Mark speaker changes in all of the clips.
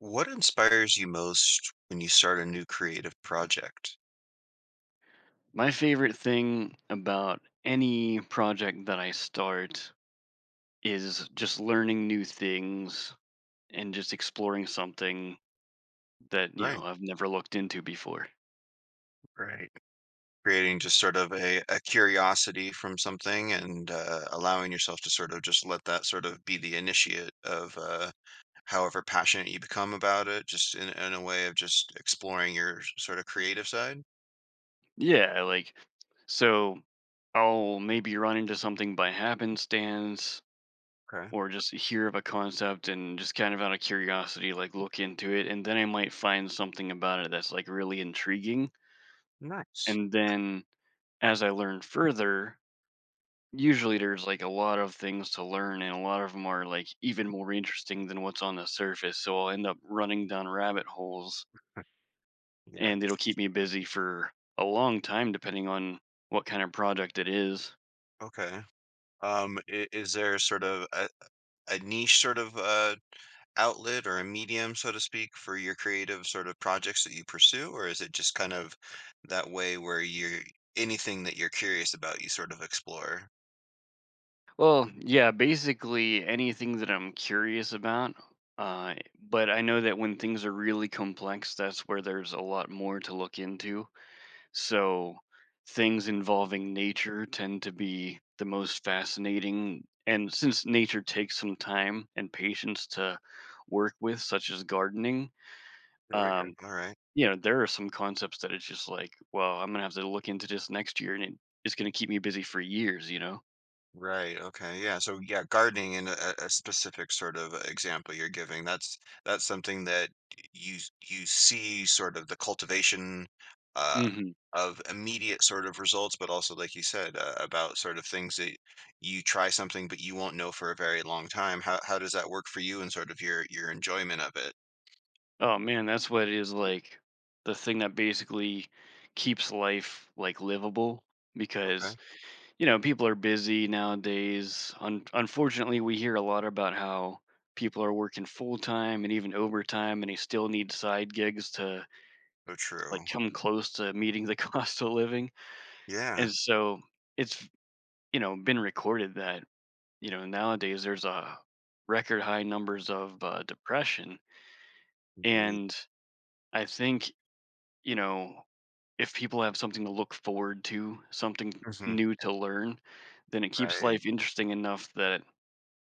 Speaker 1: What inspires you most when you start a new creative project?
Speaker 2: My favorite thing about any project that I start is just learning new things and just exploring something that,
Speaker 1: Right,
Speaker 2: I've never looked into before.
Speaker 1: right. Creating just sort of a curiosity from something and allowing yourself to sort of just let that sort of be the initiate of however passionate you become about it, just in a way of just exploring your sort of creative side.
Speaker 2: Yeah, so I'll maybe run into something by happenstance
Speaker 1: Okay.
Speaker 2: or just hear of a concept and just kind of out of curiosity, like, look into it, and then I might find something about it that's like really intriguing.
Speaker 1: Nice.
Speaker 2: And then as I learn further, usually there's like a lot of things to learn, and a lot of them are like even more interesting than what's on the surface, so I'll end up running down rabbit holes, and it'll keep
Speaker 1: Yes.
Speaker 2: me busy for a long time depending on what kind of project it is.
Speaker 1: Okay. Is there sort of a niche sort of outlet or a medium, so to speak, for your creative sort of projects that you pursue, or is it just kind of that way where you're anything that you're curious about, you sort of explore?
Speaker 2: Well, yeah, basically anything that I'm curious about. uh, but I know that when things are really complex, that's where there's a lot more to look into. So things involving nature tend to be the most fascinating. And since nature takes some time and patience to work with, such as gardening,
Speaker 1: There we go.
Speaker 2: um,
Speaker 1: All right.
Speaker 2: you know, there are some concepts that it's just like, well, I'm going to have to look into this next year, and it's going to keep me busy for years, you know?
Speaker 1: Right. Okay. Yeah. So yeah, gardening in a specific sort of example you're giving, that's something that you see sort of the cultivation uh,
Speaker 2: Hmm.
Speaker 1: of immediate sort of results, but also like you said about sort of things that you try something but you won't know for a very long time. How does that work for you and sort of your enjoyment of it?
Speaker 2: Oh, man, that's what it is, like the thing that basically keeps life like livable
Speaker 1: Okay.
Speaker 2: because, you know, people are busy nowadays. Unfortunately, we hear a lot about how people are working full time and even overtime, and they still need side gigs to
Speaker 1: So
Speaker 2: like
Speaker 1: true.
Speaker 2: come close to meeting the cost of living.
Speaker 1: Yeah.
Speaker 2: And so it's, you know, been recorded that, you know, nowadays there's a record high numbers of depression, and I think, you know, if people have something to look forward to, something
Speaker 1: Mhm.
Speaker 2: new to learn, then it keeps
Speaker 1: Right.
Speaker 2: life interesting enough that,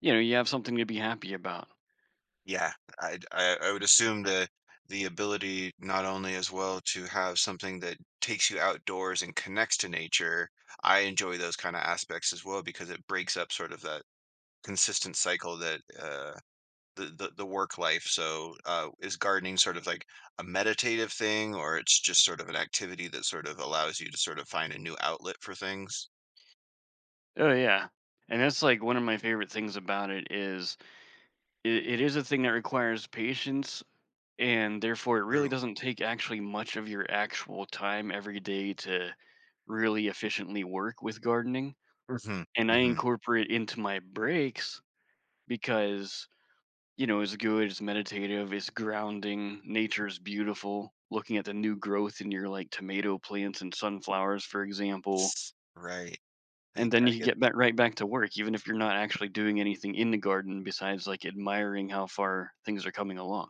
Speaker 2: you know, you have something to be happy about.
Speaker 1: Yeah, I would assume the ability not only as well to have something that takes you outdoors and connects to nature. I enjoy those kinda aspects as well because it breaks up sort of that consistent cycle that, the work life. So, is gardening sort of like a meditative thing, or it's just sort of an activity that sort of allows you to sort of find a new outlet for things?
Speaker 2: Oh yeah. And that's like one of my favorite things about it, is it is a thing that requires patience, and therefore it
Speaker 1: True.
Speaker 2: really doesn't take actually much of your actual time every day to really efficiently work with gardening.
Speaker 1: Mhm,
Speaker 2: And I
Speaker 1: mhm.
Speaker 2: incorporate into my breaks because, you know, it's good, it's meditative, it's grounding, nature's beautiful. Looking at the new growth in your like tomato plants and sunflowers, for example.
Speaker 1: Right. I
Speaker 2: And then you
Speaker 1: I
Speaker 2: can
Speaker 1: get
Speaker 2: get back right back to work, even if you're not actually doing anything in the garden besides like admiring how far things are coming along.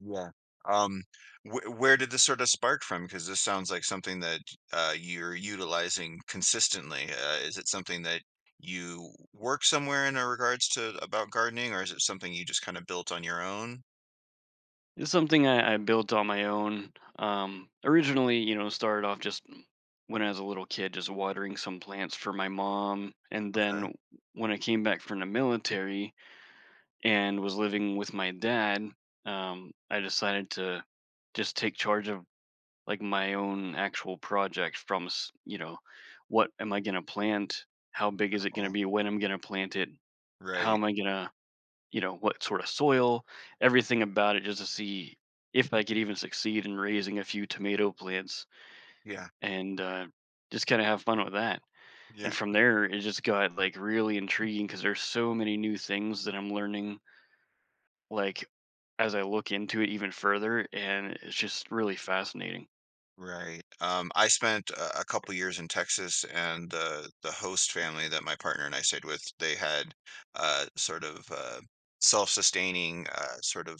Speaker 1: Yeah. Um, wh Where did this sort of spark from? Because this sounds like something that you're utilizing consistently. Is it something that you work somewhere in regards to about gardening, or is it something you just kind of built on your own?
Speaker 2: It's something I built on my own. Originally, you know, started off just when I was a little kid, just watering some plants for my mom. And
Speaker 1: Okay.
Speaker 2: then when I came back from the military and was living with my dad, I decided to just take charge of like my own actual project from you know, what am I going to plant, how big is it going to
Speaker 1: Oh,
Speaker 2: be, when I'm going to plant it, how
Speaker 1: right.
Speaker 2: am I going to, you know, what sort of soil, everything about it, just to see if I could even succeed in raising a few tomato plants,
Speaker 1: Yeah.
Speaker 2: and just kind of have fun with that. And
Speaker 1: Yeah.
Speaker 2: from there it just got like really intriguing because there's so many new things that I'm learning, like, as I look into it even further, and it's just really fascinating.
Speaker 1: Right. I spent a couple years in Texas, and the host family that my partner and I stayed with, they had sort of self-sustaining sort of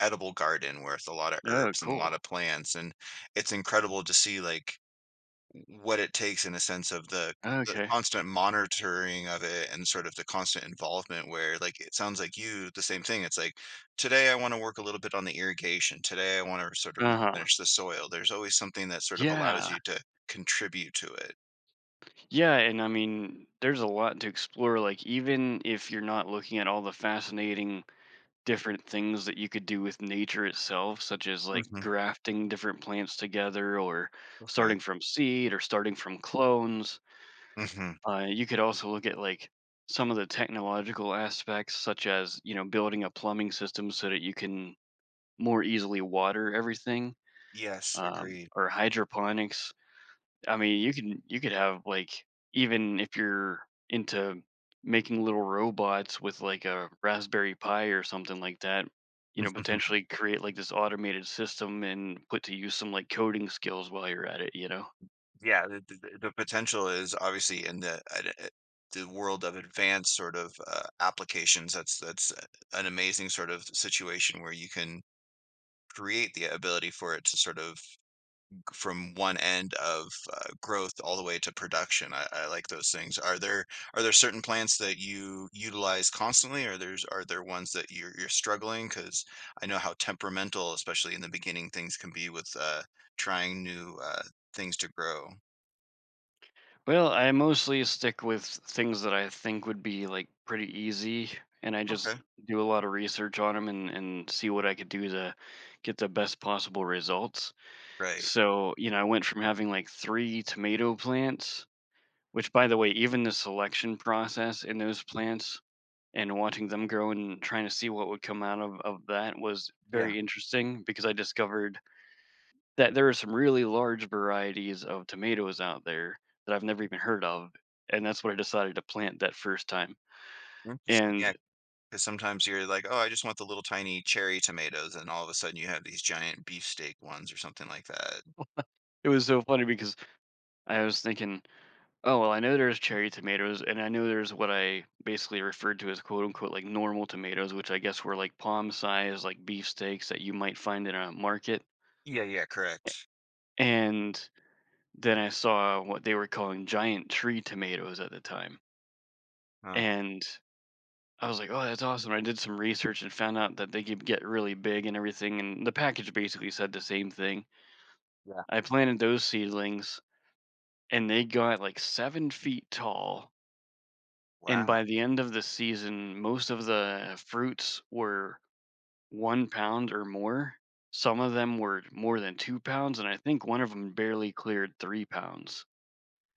Speaker 1: edible garden where it's a lot of
Speaker 2: Oh,
Speaker 1: herbs and a lot
Speaker 2: cool.
Speaker 1: of plants, and it's incredible to see, like, what it takes in a sense of the
Speaker 2: Okay.
Speaker 1: constant monitoring of it and sort of the constant involvement where, like, it sounds like you the same thing, it's like, "Today I wanna work a little bit on the irrigation. Today I wanna sort of
Speaker 2: Uh-huh.
Speaker 1: replenish the soil." There's always something that sort of allows
Speaker 2: Yeah.
Speaker 1: you to contribute to it.
Speaker 2: Yeah, and I mean, there's a lot to explore, like, even if you're not looking at all the fascinating different things that you could do with nature itself, such as, like,
Speaker 1: Mhm.
Speaker 2: grafting different plants together or
Speaker 1: Okay.
Speaker 2: starting from seed or starting from clones,
Speaker 1: Mhm.
Speaker 2: you could also look at, like, some of the technological aspects, such as, you know, building a plumbing system so that you can more easily water everything,
Speaker 1: Yes, agreed.
Speaker 2: or hydroponics. I mean, you could have like, even if you're into making little robots with like a Raspberry Pi or something like that, you know, potentially create like this automated system and put to use some like coding skills while you're at it.
Speaker 1: Yeah, the potential is obviously in the ad eh the world of advanced sort of, applications. That's an amazing sort of situation where you can create the ability for it to sort of g from one end of, growth all the way to production. I like those things. Are there certain plants that you utilize constantly, or there's are there ones that you're struggling? Struggling because I know how temperamental, especially in the beginning, things can be with, trying new, things to grow.
Speaker 2: Well, I mostly stick with things that I think would be like pretty easy, and I just
Speaker 1: Okay.
Speaker 2: do a lot of research on them, and see what I could do to get the best possible results.
Speaker 1: Right.
Speaker 2: So, you know, I went from having like three tomato plants, which, by the way, even the selection process in those plants and watching them grow and trying to see what would come out of that was
Speaker 1: Yeah,
Speaker 2: very interesting because I discovered that there are some really large varieties of tomatoes out there that I've never even heard of. And that's what I decided to plant that first time.
Speaker 1: interesting.
Speaker 2: And
Speaker 1: Yeah, because sometimes you're like, "Oh, I just want the little tiny cherry tomatoes," and all of a sudden you have these giant beefsteak ones or something like that.
Speaker 2: it was so funny because I was thinking, oh, well, I know there's cherry tomatoes, and I know there's what I basically referred to as quote unquote like normal tomatoes, which I guess were like palm size, like beefsteaks that you might find in a market.
Speaker 1: Yeah, yeah, correct.
Speaker 2: And then I saw what they were calling giant tree tomatoes at the time.
Speaker 1: Huh,
Speaker 2: And I was like, oh, that's awesome. I did some research and found out that they could get really big and everything. And the package basically said the same thing.
Speaker 1: yeah.
Speaker 2: I planted those seedlings and they got like 7 feet tall. And
Speaker 1: Wow,
Speaker 2: by the end of the season, most of the fruits were 1 pound or more. Some of them were more than 2 pounds. And I think one of them barely cleared 3 pounds.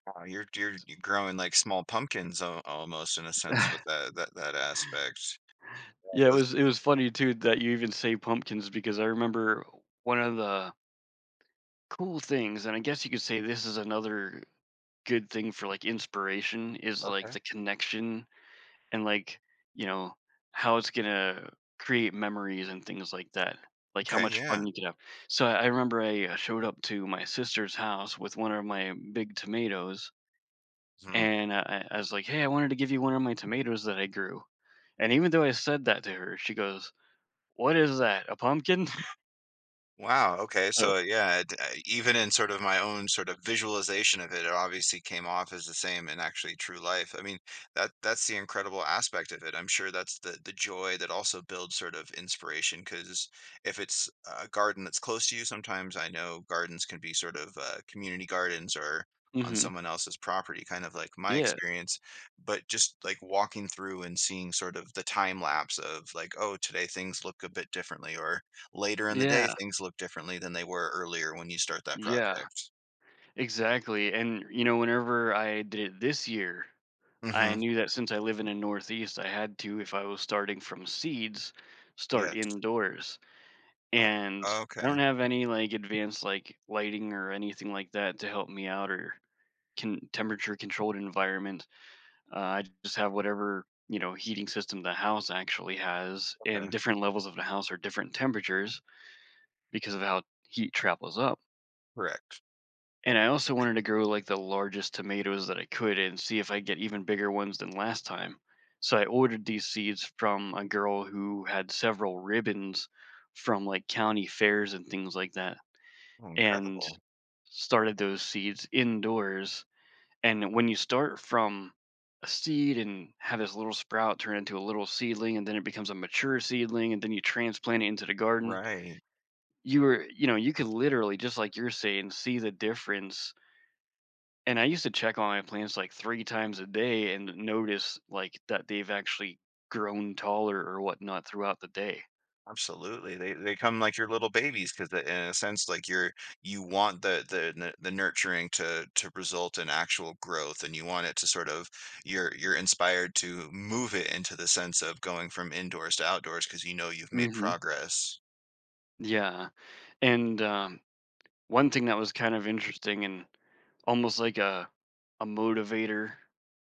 Speaker 1: wow, you're growing like small pumpkins al almost in a sense with that that that aspect. Yeah,
Speaker 2: Yeah,
Speaker 1: those.
Speaker 2: it was funny too that you even say pumpkins because I remember one of the cool things, and I guess you could say this is another good thing for like inspiration, is like
Speaker 1: Okay,
Speaker 2: the connection and like, you know, how it's gonna create memories and things like that, like how
Speaker 1: okay,
Speaker 2: much
Speaker 1: yeah,
Speaker 2: fun you could have. So I remember I showed up to my sister's house with one of my big tomatoes,
Speaker 1: hmm.
Speaker 2: and I was like, hey, I wanted to give you one of my tomatoes that I grew, and even though I said that to her, she goes, what is that? A pumpkin?
Speaker 1: Wow, okay,
Speaker 2: So.
Speaker 1: so yeah, it, even in sort of my own sort of visualization of it, it obviously came off as the same in actually true life. I mean, that that's the incredible aspect of it. I'm sure that's the joy that also builds sort of inspiration because if it's a garden that's close to you, sometimes I know gardens can be sort of community gardens or on
Speaker 2: Mhm.
Speaker 1: someone else's property, kind of like my
Speaker 2: Yeah.
Speaker 1: experience, but just like walking through and seeing sort of the time lapse of like, oh, today things look a bit differently, or later in the day,
Speaker 2: Yeah.
Speaker 1: things look differently than they were earlier when you start that
Speaker 2: Yeah.
Speaker 1: project.
Speaker 2: Exactly, and, you know, whenever I did it this year, I
Speaker 1: Mhm.
Speaker 2: knew that since I live in the Northeast, I had to, if I was starting from seeds, start
Speaker 1: Yes.
Speaker 2: indoors,
Speaker 1: Uh,
Speaker 2: and I
Speaker 1: okay,
Speaker 2: don't have any, like, advanced, like, lighting or anything like that to help me out, or can temperature-controlled environment. I just have whatever, you know, heating system the house actually has,
Speaker 1: okay.
Speaker 2: and different levels of the house are different temperatures because of how heat travels up.
Speaker 1: Correct.
Speaker 2: And I also
Speaker 1: Be
Speaker 2: wanted to grow like the largest tomatoes that I could and see if I get even bigger ones than last time. So I ordered these seeds from a girl who had several ribbons from like county fairs and things like that,
Speaker 1: oh,
Speaker 2: and
Speaker 1: incredible.
Speaker 2: started those seeds indoors. And when you start from a seed and have this little sprout turn into a little seedling, and then it becomes a mature seedling, and then you transplant it into the garden,
Speaker 1: Right.
Speaker 2: you were, you know, you could literally, just like you're saying, see the difference, and I used to check on my plants, like, 3 times a day and notice, like, that they've actually grown taller or whatnot throughout the day.
Speaker 1: Absolutely. They come like your little babies because in a sense, like, you're you want the nu the nurturing to result in actual growth, and you want it to sort of you're inspired to move it into the sense of going from indoors to outdoors because you know you've made
Speaker 2: Mhm.
Speaker 1: progress.
Speaker 2: Yeah, and, one thing that was kind of interesting and almost like a motivator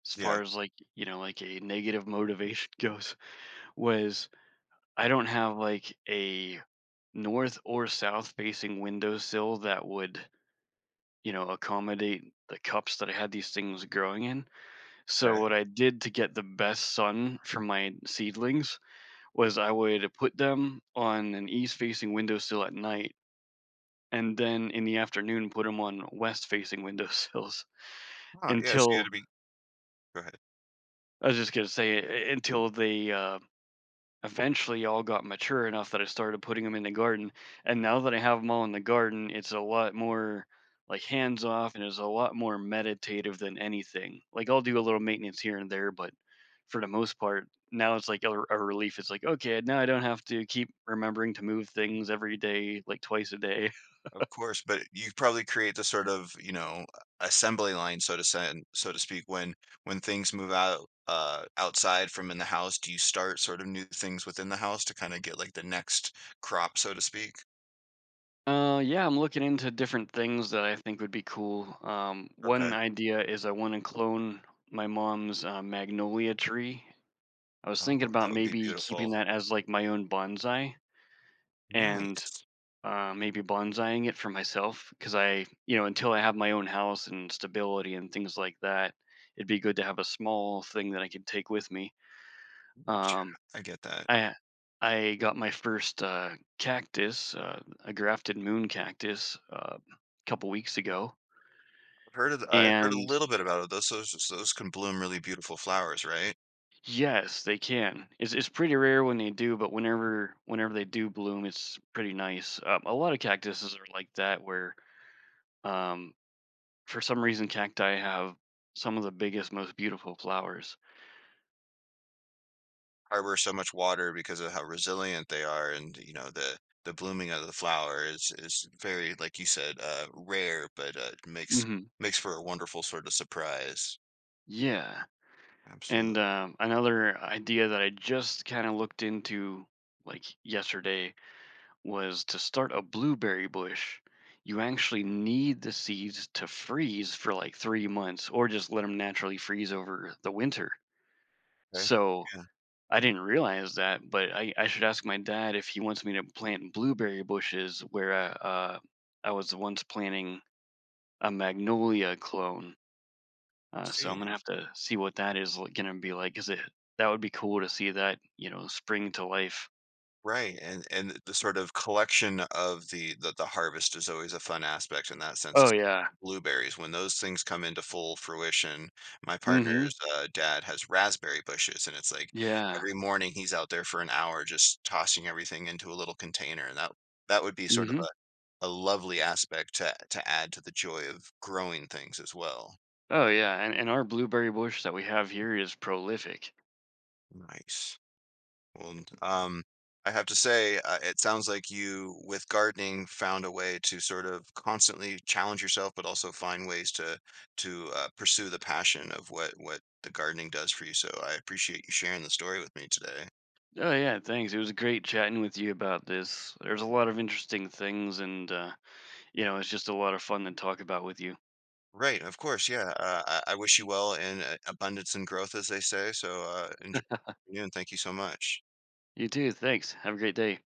Speaker 2: as
Speaker 1: Yeah.
Speaker 2: far as, like, you know, like a negative motivation goes, was I don't have, like, a north or south facing windowsill that would, you know, accommodate the cups that I had these things growing in.
Speaker 1: Okay.
Speaker 2: So what I did to get the best sun from my seedlings was I would put them on an east-facing windowsill at night, and then in the afternoon put them on west-facing windowsills
Speaker 1: Huh, yeah, so you had to
Speaker 2: until,
Speaker 1: be go ahead.
Speaker 2: I was just gonna say until they eventually all got mature enough that I started putting them in the garden. And now that I have them all in the garden, it's a lot more like hands off and it's a lot more meditative than anything. Like I'll do a little maintenance here and there, but for the most part, now it's like a relief. It's like, okay, now I don't have to keep remembering to move things every day, like twice a day.
Speaker 1: Of course, but you probably create the sort of, assembly line, so to say, so to speak, when things move out, outside from in the house, do you start sort of new things within the house to kinda get, like, the next crop, so to speak?
Speaker 2: Yeah, I'm looking into different things that I think would be cool.
Speaker 1: Okay.
Speaker 2: One idea is I want to clone my mom's magnolia tree. I was
Speaker 1: Oh,
Speaker 2: thinking about
Speaker 1: that would be
Speaker 2: maybe keeping
Speaker 1: beautiful.
Speaker 2: that as like my own bonsai, and
Speaker 1: Nice.
Speaker 2: maybe bonsaiing it for myself because I, you know, until I have my own house and stability and things like that, it'd be good to have a small thing that I could take with me.
Speaker 1: Gotcha.
Speaker 2: Um,
Speaker 1: I get that.
Speaker 2: I I got my first cactus, a grafted moon cactus, a couple weeks ago,
Speaker 1: I've heard a
Speaker 2: and
Speaker 1: little bit about it. Those can bloom really beautiful flowers, right?
Speaker 2: yes, they can. It's pretty rare when they do, but whenever they do bloom, it's pretty nice. A lot of cactuses are like that, where um, for some reason cacti have some of the biggest, most beautiful flowers.
Speaker 1: Harbor so much water because of how resilient they are, and you know the blooming of the flower is very, like you said, rare, but makes
Speaker 2: Hmm.
Speaker 1: makes for a wonderful sort of surprise,
Speaker 2: Yeah, and
Speaker 1: absolutely.
Speaker 2: another idea that I just kind of looked into, like, yesterday, was to start a blueberry bush. You actually need the seeds to freeze for like 3 months, or just let them naturally freeze over the winter.
Speaker 1: Okay,
Speaker 2: So
Speaker 1: yeah,
Speaker 2: I didn't realize that, but I should ask my dad if he wants me to plant blueberry bushes where I was once planting a magnolia clone. So
Speaker 1: see.
Speaker 2: I'm gonna have to see what gonna be like. Is it, that would be cool to see that, you know, spring to life?
Speaker 1: Right, and the sort of collection of the harvest is always a fun aspect in that sense, is
Speaker 2: Oh yeah.
Speaker 1: blueberries, when those things come into full fruition, my
Speaker 2: Mm-hmm.
Speaker 1: partner's, dad has raspberry bushes, and it's like,
Speaker 2: Yeah.
Speaker 1: every morning he's out there for an hour just tossing everything into a little container, and that that would be sort of
Speaker 2: Mm-hmm.
Speaker 1: a lovely aspect to add to the joy of growing things as well.
Speaker 2: Oh yeah. And our blueberry bush that we have here is prolific.
Speaker 1: Nice. Well, um, I have to say, it sounds like you, with gardening, found a way to sort of constantly challenge yourself, but also find ways to pursue the passion of what the gardening does for you. So I appreciate you sharing the story with me today.
Speaker 2: Oh yeah. Thanks. It was great chatting with you about this. There's a lot of interesting things. And. You know, it's just a lot of fun to talk about with you.
Speaker 1: Right, of course, yeah. I wish you well in abundance and growth, as they say. So enjoy, and thank you so much.
Speaker 2: You too. Thanks. Have a great day.